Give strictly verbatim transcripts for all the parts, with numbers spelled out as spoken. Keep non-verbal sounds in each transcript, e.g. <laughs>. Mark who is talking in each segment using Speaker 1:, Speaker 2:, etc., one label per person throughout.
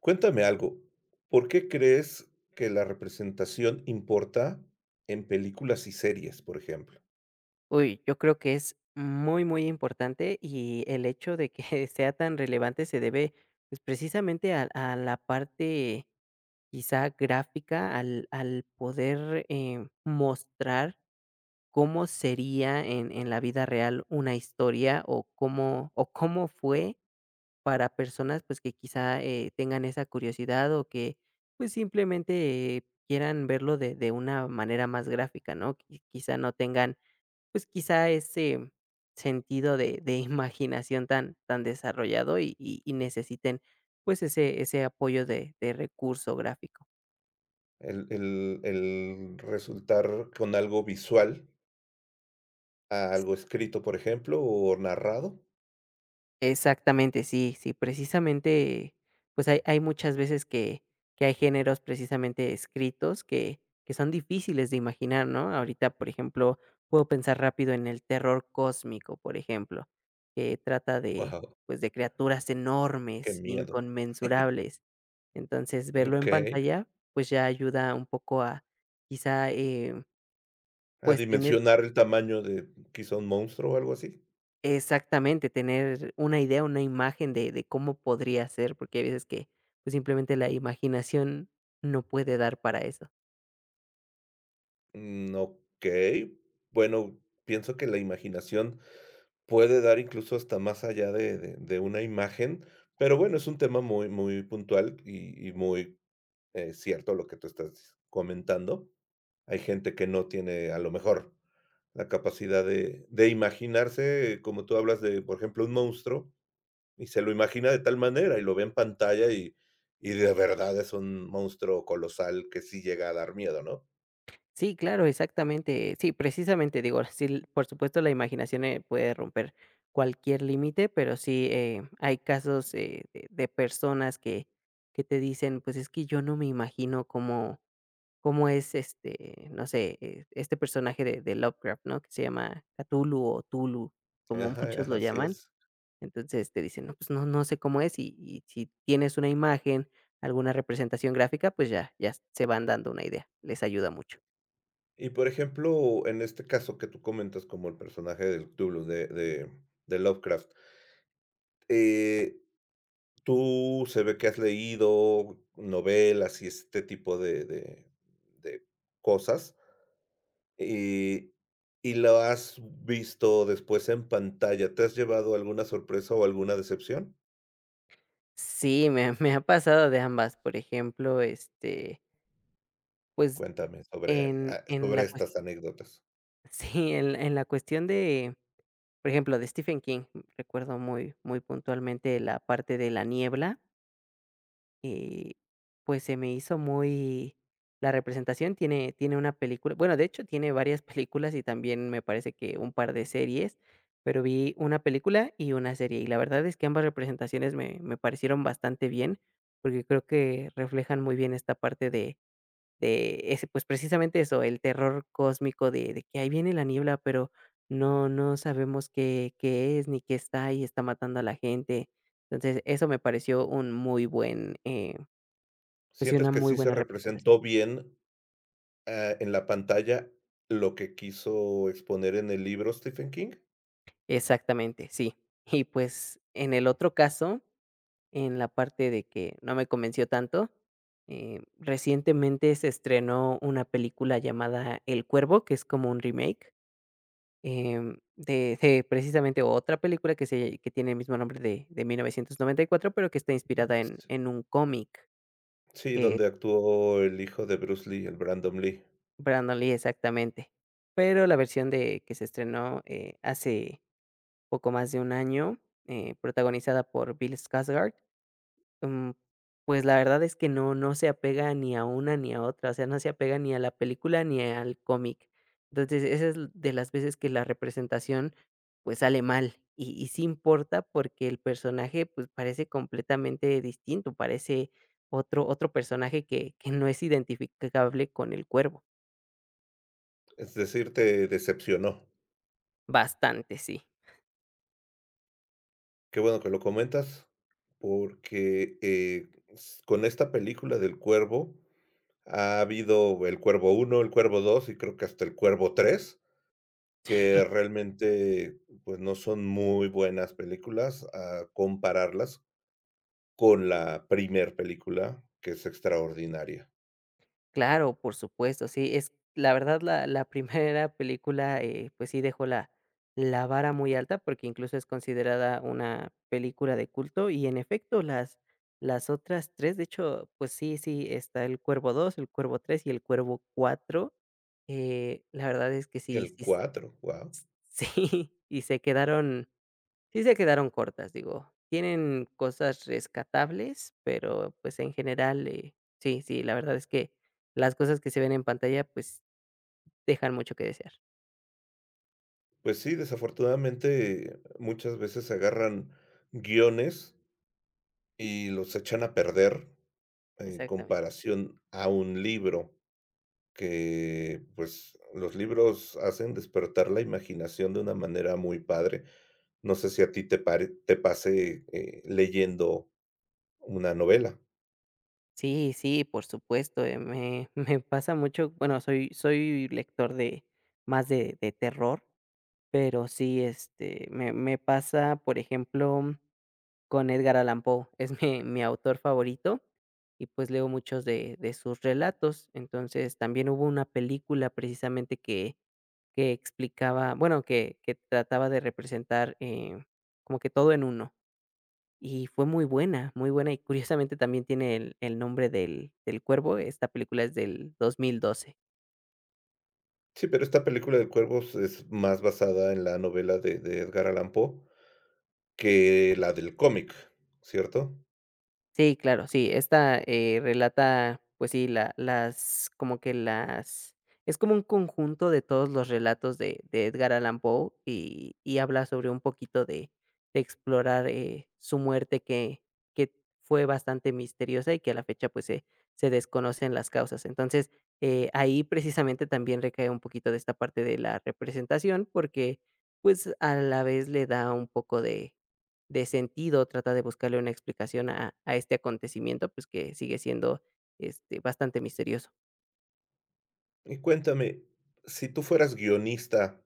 Speaker 1: Cuéntame algo, ¿por qué crees que la representación importa en películas y series, por ejemplo?
Speaker 2: Uy, yo creo que es muy, muy importante y el hecho de que <laughs> sea tan relevante se debe, pues, precisamente a a la parte quizá gráfica, al al poder, eh, mostrar cómo sería en en la vida real una historia o cómo o cómo fue para personas, pues, que quizá, eh, tengan esa curiosidad o que, pues, simplemente eh, quieran verlo de de una manera más gráfica, ¿no? Qui quizá no tengan, pues, quizá ese sentido de de imaginación tan tan desarrollado y y y necesiten, pues, ese ese apoyo de de recurso gráfico.
Speaker 1: El el el resultar con algo visual a algo escrito, por ejemplo, o narrado.
Speaker 2: Exactamente, sí, sí, precisamente, pues hay, hay muchas veces que, que hay géneros precisamente escritos que, que son difíciles de imaginar, ¿no? Ahorita, por ejemplo, puedo pensar rápido en el terror cósmico, por ejemplo, que trata de,
Speaker 1: Guau,
Speaker 2: pues, de criaturas
Speaker 1: qué
Speaker 2: enormes,
Speaker 1: miedo. <laughs>
Speaker 2: inconmensurables. Entonces, verlo en
Speaker 1: Okey.
Speaker 2: pantalla, pues ya ayuda un poco a quizá, eh,
Speaker 1: A
Speaker 2: pues tener.
Speaker 1: dimensionar el tamaño de quizá un monstruo o algo así.
Speaker 2: Exactamente, tener una idea, una imagen de de cómo podría ser, porque hay veces que, pues, simplemente la imaginación no puede dar para eso.
Speaker 1: Mm, okey. Bueno, pienso que la imaginación puede dar incluso hasta más allá de de de una imagen, pero bueno, es un tema muy muy puntual y y muy, eh, cierto lo que tú estás comentando. Hay gente que no tiene, a lo mejor, la capacidad de de imaginarse, como tú hablas de, por ejemplo, un monstruo, y se lo imagina de tal manera, y lo ve en pantalla y y de verdad es un monstruo colosal que sí llega a dar miedo, ¿no?
Speaker 2: Sí, claro, exactamente. Sí, precisamente, digo, sí, l por supuesto, la imaginación, eh, puede romper cualquier límite, pero sí, eh, hay casos, eh, de de personas que que te dicen: "Pues, es que yo no me imagino cómo cómo es, este, no sé, eh, este personaje de de Lovecraft", ¿no? Que se llama Cthulhu o Tulu, como
Speaker 1: Ajá,
Speaker 2: muchos
Speaker 1: ajá,
Speaker 2: lo
Speaker 1: así
Speaker 2: llaman.
Speaker 1: es.
Speaker 2: Entonces, te dicen: "No, pues no no sé cómo es", y y si tienes una imagen, alguna representación gráfica, pues ya ya se van dando una idea, les ayuda mucho.
Speaker 1: Y por ejemplo, en este caso que tú comentas como el personaje del Cthulhu de de de Lovecraft, eh, tú se ve que has leído novelas y este tipo de de de cosas, y y lo has visto después en pantalla, ¿te has llevado alguna sorpresa o alguna decepción?
Speaker 2: Sí, me me ha pasado de ambas, por ejemplo, este, pues,
Speaker 1: Cuéntame sobre,
Speaker 2: en
Speaker 1: ah,
Speaker 2: en la
Speaker 1: sobre
Speaker 2: cuestión,
Speaker 1: estas anécdotas.
Speaker 2: <laughs> sí, en en la cuestión de, por ejemplo, de Stephen King, recuerdo muy muy puntualmente la parte de La Niebla. Eh, pues se me hizo muy la representación tiene tiene una película, bueno, de hecho, tiene varias <laughs> películas y también me parece que un par de series, pero vi una película y una serie, y la verdad es que ambas representaciones me me parecieron bastante bien, porque creo que reflejan muy bien esta parte de de ese, pues, precisamente eso, el terror cósmico de de que ahí viene la niebla, pero no no sabemos qué qué es, ni qué está, y está matando a la gente. Entonces, eso me pareció un muy buen, eh pues sí,
Speaker 1: ¿Sientes
Speaker 2: una
Speaker 1: que
Speaker 2: muy
Speaker 1: sí se
Speaker 2: buena representación.
Speaker 1: representó bien? Ah, en la pantalla, lo que quiso exponer en el libro Stephen King,
Speaker 2: Exactamente, sí. Y pues, en el otro caso, en la parte de que no me convenció tanto, eh, recientemente se estrenó una película llamada El Cuervo, que es como un remake, em, de de precisamente otra película que se que tiene el mismo nombre de de mil novecientos noventa y cuatro, pero que está inspirada en en un cómic,
Speaker 1: sí,
Speaker 2: eh,
Speaker 1: donde actuó el hijo de Bruce Lee, el Brandon Lee.
Speaker 2: Brandon Lee, exactamente. Pero la versión de que se estrenó, eh, hace poco más de un año, eh, protagonizada por Bill Skarsgård, mm, pues, la verdad es que no no se apega ni a una ni a otra, o sea, no se apega ni a la película ni al cómic. Entonces, esa es l- de las veces que la representación, pues, sale mal, y y sí importa porque el personaje, pues, parece completamente distinto, parece otro otro personaje que que no es identificable con el cuervo.
Speaker 1: Es decir, te decepcionó.
Speaker 2: Bastante, sí.
Speaker 1: Qué bueno que lo comentas, porque, eh, s con esta película del Cuervo, ha habido El Cuervo uno, El Cuervo dos y creo que hasta El Cuervo tres, que realmente, pues, no son muy buenas películas a compararlas con la primer película, que es extraordinaria.
Speaker 2: Claro, por supuesto, sí, es la verdad la la <laughs> primera película, eh, pues sí dejó la la vara muy alta, porque incluso es considerada una película de culto y en efecto las las otras tres, de hecho, pues sí, sí, está El Cuervo dos, El Cuervo tres y El Cuervo cuatro. eh, la verdad es que sí,
Speaker 1: El
Speaker 2: sí, <laughs>
Speaker 1: cuatro, wow.
Speaker 2: sí, y se quedaron. Sí se quedaron cortas, digo, tienen cosas rescatables, pero, pues, en general, eh, sí, sí, la verdad es que las cosas que se ven en pantalla, pues, dejan mucho que desear.
Speaker 1: Pues sí, desafortunadamente, muchas veces agarran guiones y los echan a perder en
Speaker 2: Exactamente.
Speaker 1: comparación a un libro, que, pues, los libros hacen despertar la imaginación de una manera muy padre. No sé si a ti te pare te pase, eh, leyendo una novela.
Speaker 2: Sí, sí, por supuesto, eh, me <laughs> me pasa mucho, bueno, soy soy lector de más de de terror, pero sí, este, me me pasa, por ejemplo con Edgar Allan Poe, es mi mi autor favorito y, pues, leo muchos de de sus relatos. Entonces, también hubo una película precisamente que que explicaba, bueno, que que trataba de representar, eh, como que todo en uno, y fue muy buena, muy buena, y curiosamente también tiene el el nombre del del cuervo. Esta película es del dos mil doce.
Speaker 1: Sí, pero esta película del Cuervo es es más basada en la novela de de Edgar Allan Poe que la del cómic, ¿cierto?
Speaker 2: Sí, claro, sí, esta, eh, relata, pues sí, la las como que las es como un conjunto de todos los relatos de de Edgar Allan Poe y y habla sobre un poquito de de explorar, eh, su muerte que que fue bastante misteriosa y que a la fecha, pues, se se desconocen las causas. Entonces, eh, ahí precisamente también recae un poquito de esta parte de la representación, porque, pues, a la vez le da un poco de de sentido, trata de buscarle una explicación a a este acontecimiento, pues, que sigue siendo, este, bastante misterioso.
Speaker 1: Y cuéntame, si tú fueras guionista,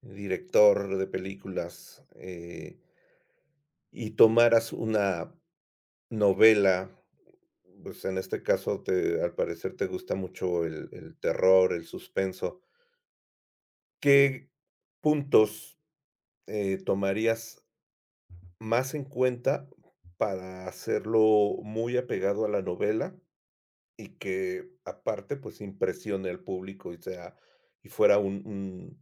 Speaker 1: director de películas, eh, y tomaras una novela, pues en este caso te, al parecer te gusta mucho el, el, terror, el suspenso, ¿qué puntos eh, tomarías más en cuenta para hacerlo muy apegado a la novela y que aparte pues impresione al público y sea y fuera un,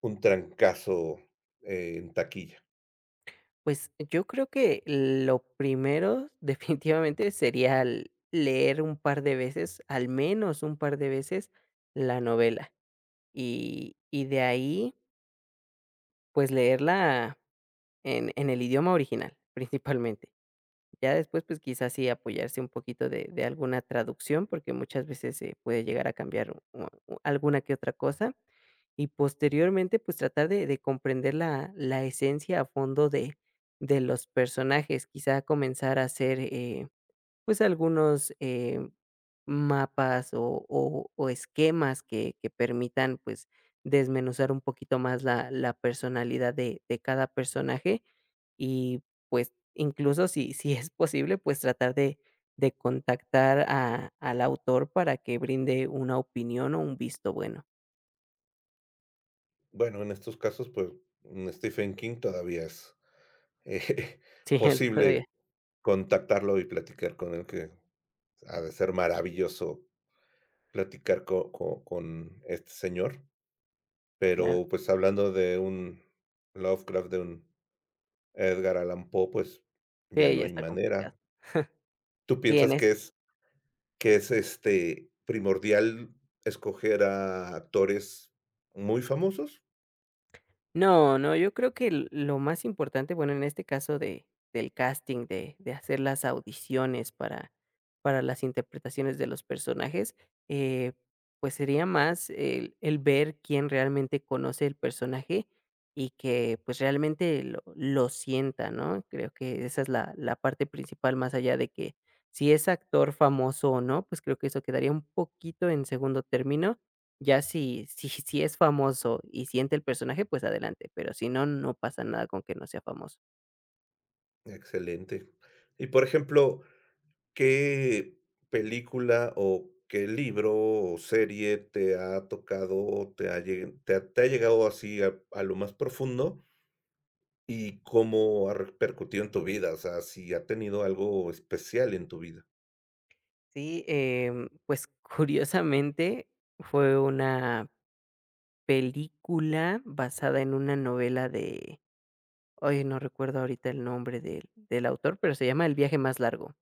Speaker 1: Un trancazo eh, en taquilla?
Speaker 2: Pues, yo creo que lo primero <laughs> definitivamente sería l leer un par de veces, al menos un par de veces, la novela, y y de ahí, pues, leerla en en el idioma original, <laughs> principalmente. Ya después, pues quizás sí apoyarse un poquito de, de alguna traducción, porque muchas veces se puede llegar a cambiar u- u- alguna que otra cosa. Y posteriormente, pues tratar de, de comprender la, la esencia a fondo de, de los personajes. Quizá comenzar a hacer eh, pues, algunos, eh, mapas o o o esquemas que que permitan, pues, desmenuzar un poquito más la la personalidad de de cada personaje y, pues, incluso si <laughs> si es posible, pues, tratar de de contactar a al autor para que brinde una opinión o un visto bueno. <laughs>
Speaker 1: Bueno, en estos casos, pues, mm, Stephen King todavía es, eh, <laughs>
Speaker 2: Sí, él todavía,
Speaker 1: posible contactarlo y platicar con él, que ha de ser maravilloso platicar co co con este señor.
Speaker 2: claro.
Speaker 1: Pero, pues, hablando de un Lovecraft, de un Edgar Allan Poe, pues, ya
Speaker 2: Sí,
Speaker 1: no
Speaker 2: ya
Speaker 1: hay
Speaker 2: está complicado.
Speaker 1: manera.
Speaker 2: <laughs>
Speaker 1: ¿Tú
Speaker 2: Sí, en.
Speaker 1: piensas que es que es, este, primordial escoger a actores muy famosos?
Speaker 2: No, no, yo creo que l lo más importante, bueno, en este caso de del casting, de de hacer las audiciones para para las interpretaciones de los personajes, eh, pues, sería más el el ver quién realmente conoce el personaje y que, pues, realmente lo lo sienta, ¿no? Creo que esa es la la parte principal, más allá de que si es actor famoso o no, pues, creo que eso quedaría un poquito en segundo término, ya si si si es famoso y siente el personaje, pues adelante, pero si no, no pasa nada con que no sea famoso.
Speaker 1: Excelente. Y por ejemplo, ¿qué película o qué libro o serie te ha, tocado, te ha, lle- te ha- te ha llegado así a, a lo más profundo y cómo ha repercutido en tu vida? O sea, si ha tenido algo especial en tu vida.
Speaker 2: Sí, em, pues <laughs> curiosamente fue una película basada en una novela de, oye no recuerdo ahorita el nombre del del autor, pero se llama El viaje más largo.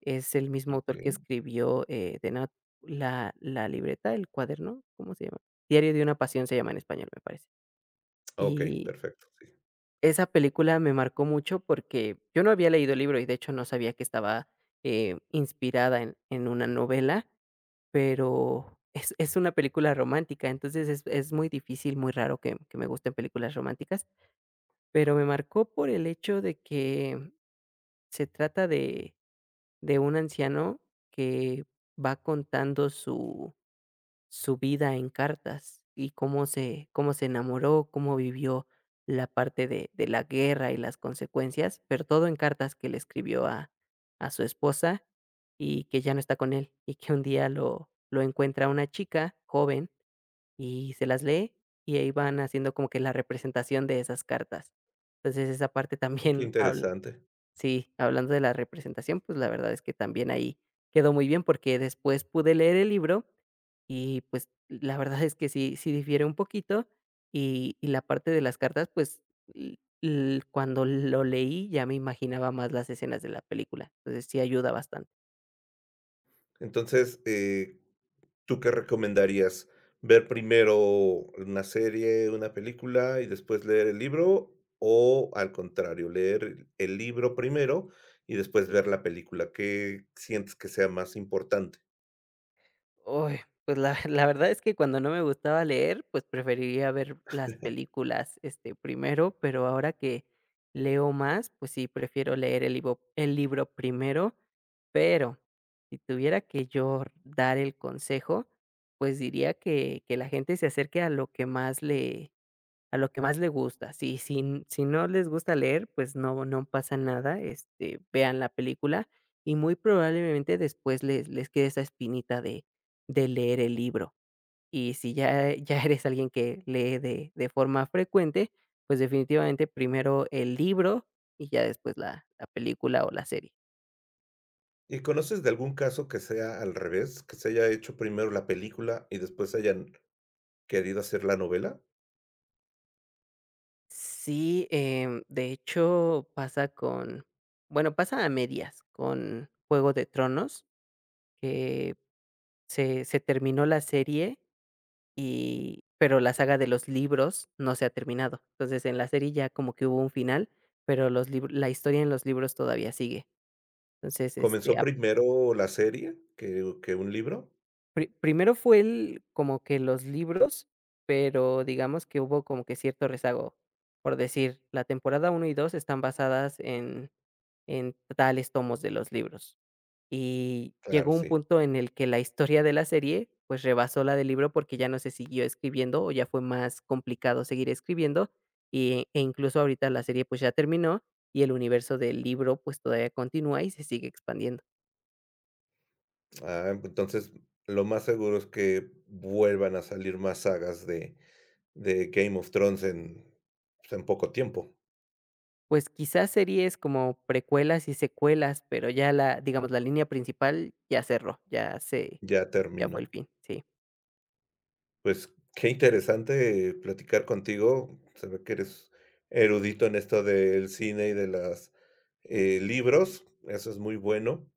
Speaker 2: Es el mismo
Speaker 1: Ok,
Speaker 2: autor que escribió, eh, The Nat, la la libreta, el cuaderno, ¿cómo se llama? Diario de una pasión se llama en español, me parece.
Speaker 1: ok,
Speaker 2: Y
Speaker 1: perfecto. Sí.
Speaker 2: esa película me marcó mucho porque yo no había leído el libro y de hecho no sabía que estaba, eh, inspirada en en una novela, pero es es una película romántica, entonces es es muy difícil, muy raro que que me gusten películas románticas, pero me marcó por el hecho de que se trata de de un anciano que va contando su su vida en cartas y cómo se, cómo se enamoró, cómo vivió la parte de, de la guerra y las consecuencias, pero todo en cartas que le escribió a, a su esposa y que ya no está con él y que un día lo, lo encuentra una chica joven y se las lee y ahí van haciendo como que la representación de esas cartas. Entonces esa parte
Speaker 1: Qué
Speaker 2: también <laughs> habla,
Speaker 1: interesante.
Speaker 2: sí, hablando de la representación, pues la verdad es que también ahí quedó muy bien porque después pude leer el libro y, pues, la verdad es que sí sí difiere un poquito, y y la parte de las cartas, pues, l l cuando lo leí ya me imaginaba más las escenas de la película, entonces sí ayuda bastante.
Speaker 1: Entonces, eh, ¿tú qué recomendarías? ¿Ver primero una serie, una película y después leer el libro? O al contrario, leer el libro primero y después ver la película. ¿Qué sientes que sea más importante?
Speaker 2: Uy, pues la <laughs> la verdad es que cuando no me gustaba leer, pues preferiría ver las películas, este, primero, pero ahora que leo más, pues sí, prefiero leer el libro el libro primero, pero si tuviera que yo dar el consejo, pues diría que que la gente se acerque a lo que más le a lo que más le gusta. Si si si no les gusta leer, pues no no pasa nada, este, vean la película y muy probablemente después les les quede esa espinita de de leer el libro. Y si ya <laughs> ya eres alguien que lee de de forma frecuente, pues definitivamente primero el libro y ya después la la película o la serie.
Speaker 1: ¿Y conoces de algún caso que sea al revés, que se haya hecho primero la película y después hayan querido hacer la novela?
Speaker 2: Sí, em, de hecho pasa con, bueno, pasa a medias con Juego de Tronos, que Se se terminó la serie y pero la saga de los libros no se ha terminado. Entonces, en la serie ya como que hubo un final, pero los libr la historia en los libros todavía sigue. Entonces, este,
Speaker 1: ¿Comenzó
Speaker 2: a
Speaker 1: primero la serie que, que un libro?
Speaker 2: pri primero fue el como que los libros, pero digamos que hubo como que cierto rezago. Por decir, la temporada uno y dos están basadas en en tales tomos de los libros. Y
Speaker 1: Claro,
Speaker 2: llegó un
Speaker 1: sí.
Speaker 2: punto en el que la historia de la serie, pues, rebasó la del libro porque ya no se siguió escribiendo, o ya fue más complicado seguir escribiendo, y e incluso ahorita la serie, pues, ya terminó, y el universo del libro, pues, todavía continúa y se sigue expandiendo.
Speaker 1: Ah, entonces lo más seguro es que vuelvan a salir más sagas de, de Game of Thrones en, pues, en poco tiempo.
Speaker 2: Pues, quizás series como precuelas y secuelas, pero ya la digamos, la línea principal ya cerró, ya se,
Speaker 1: Ya
Speaker 2: ya fue el
Speaker 1: terminó.
Speaker 2: fin, sí.
Speaker 1: Pues qué interesante platicar contigo. Se ve que eres erudito en esto del cine y de los libros. Eso es muy bueno.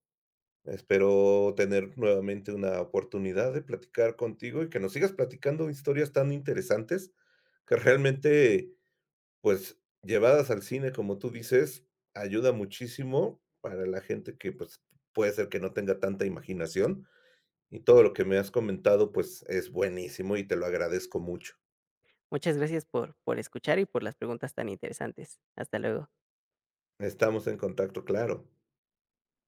Speaker 1: Espero tener nuevamente una oportunidad de platicar contigo y que nos sigas platicando historias tan interesantes que realmente, pues, llevadas al cine, como tú dices, ayuda muchísimo para la gente que, pues, puede ser que no tenga tanta imaginación, y todo lo que me has comentado, pues, es buenísimo y te lo agradezco mucho.
Speaker 2: Muchas gracias por por escuchar y por las preguntas tan interesantes. Hasta luego.
Speaker 1: Estamos en contacto, claro.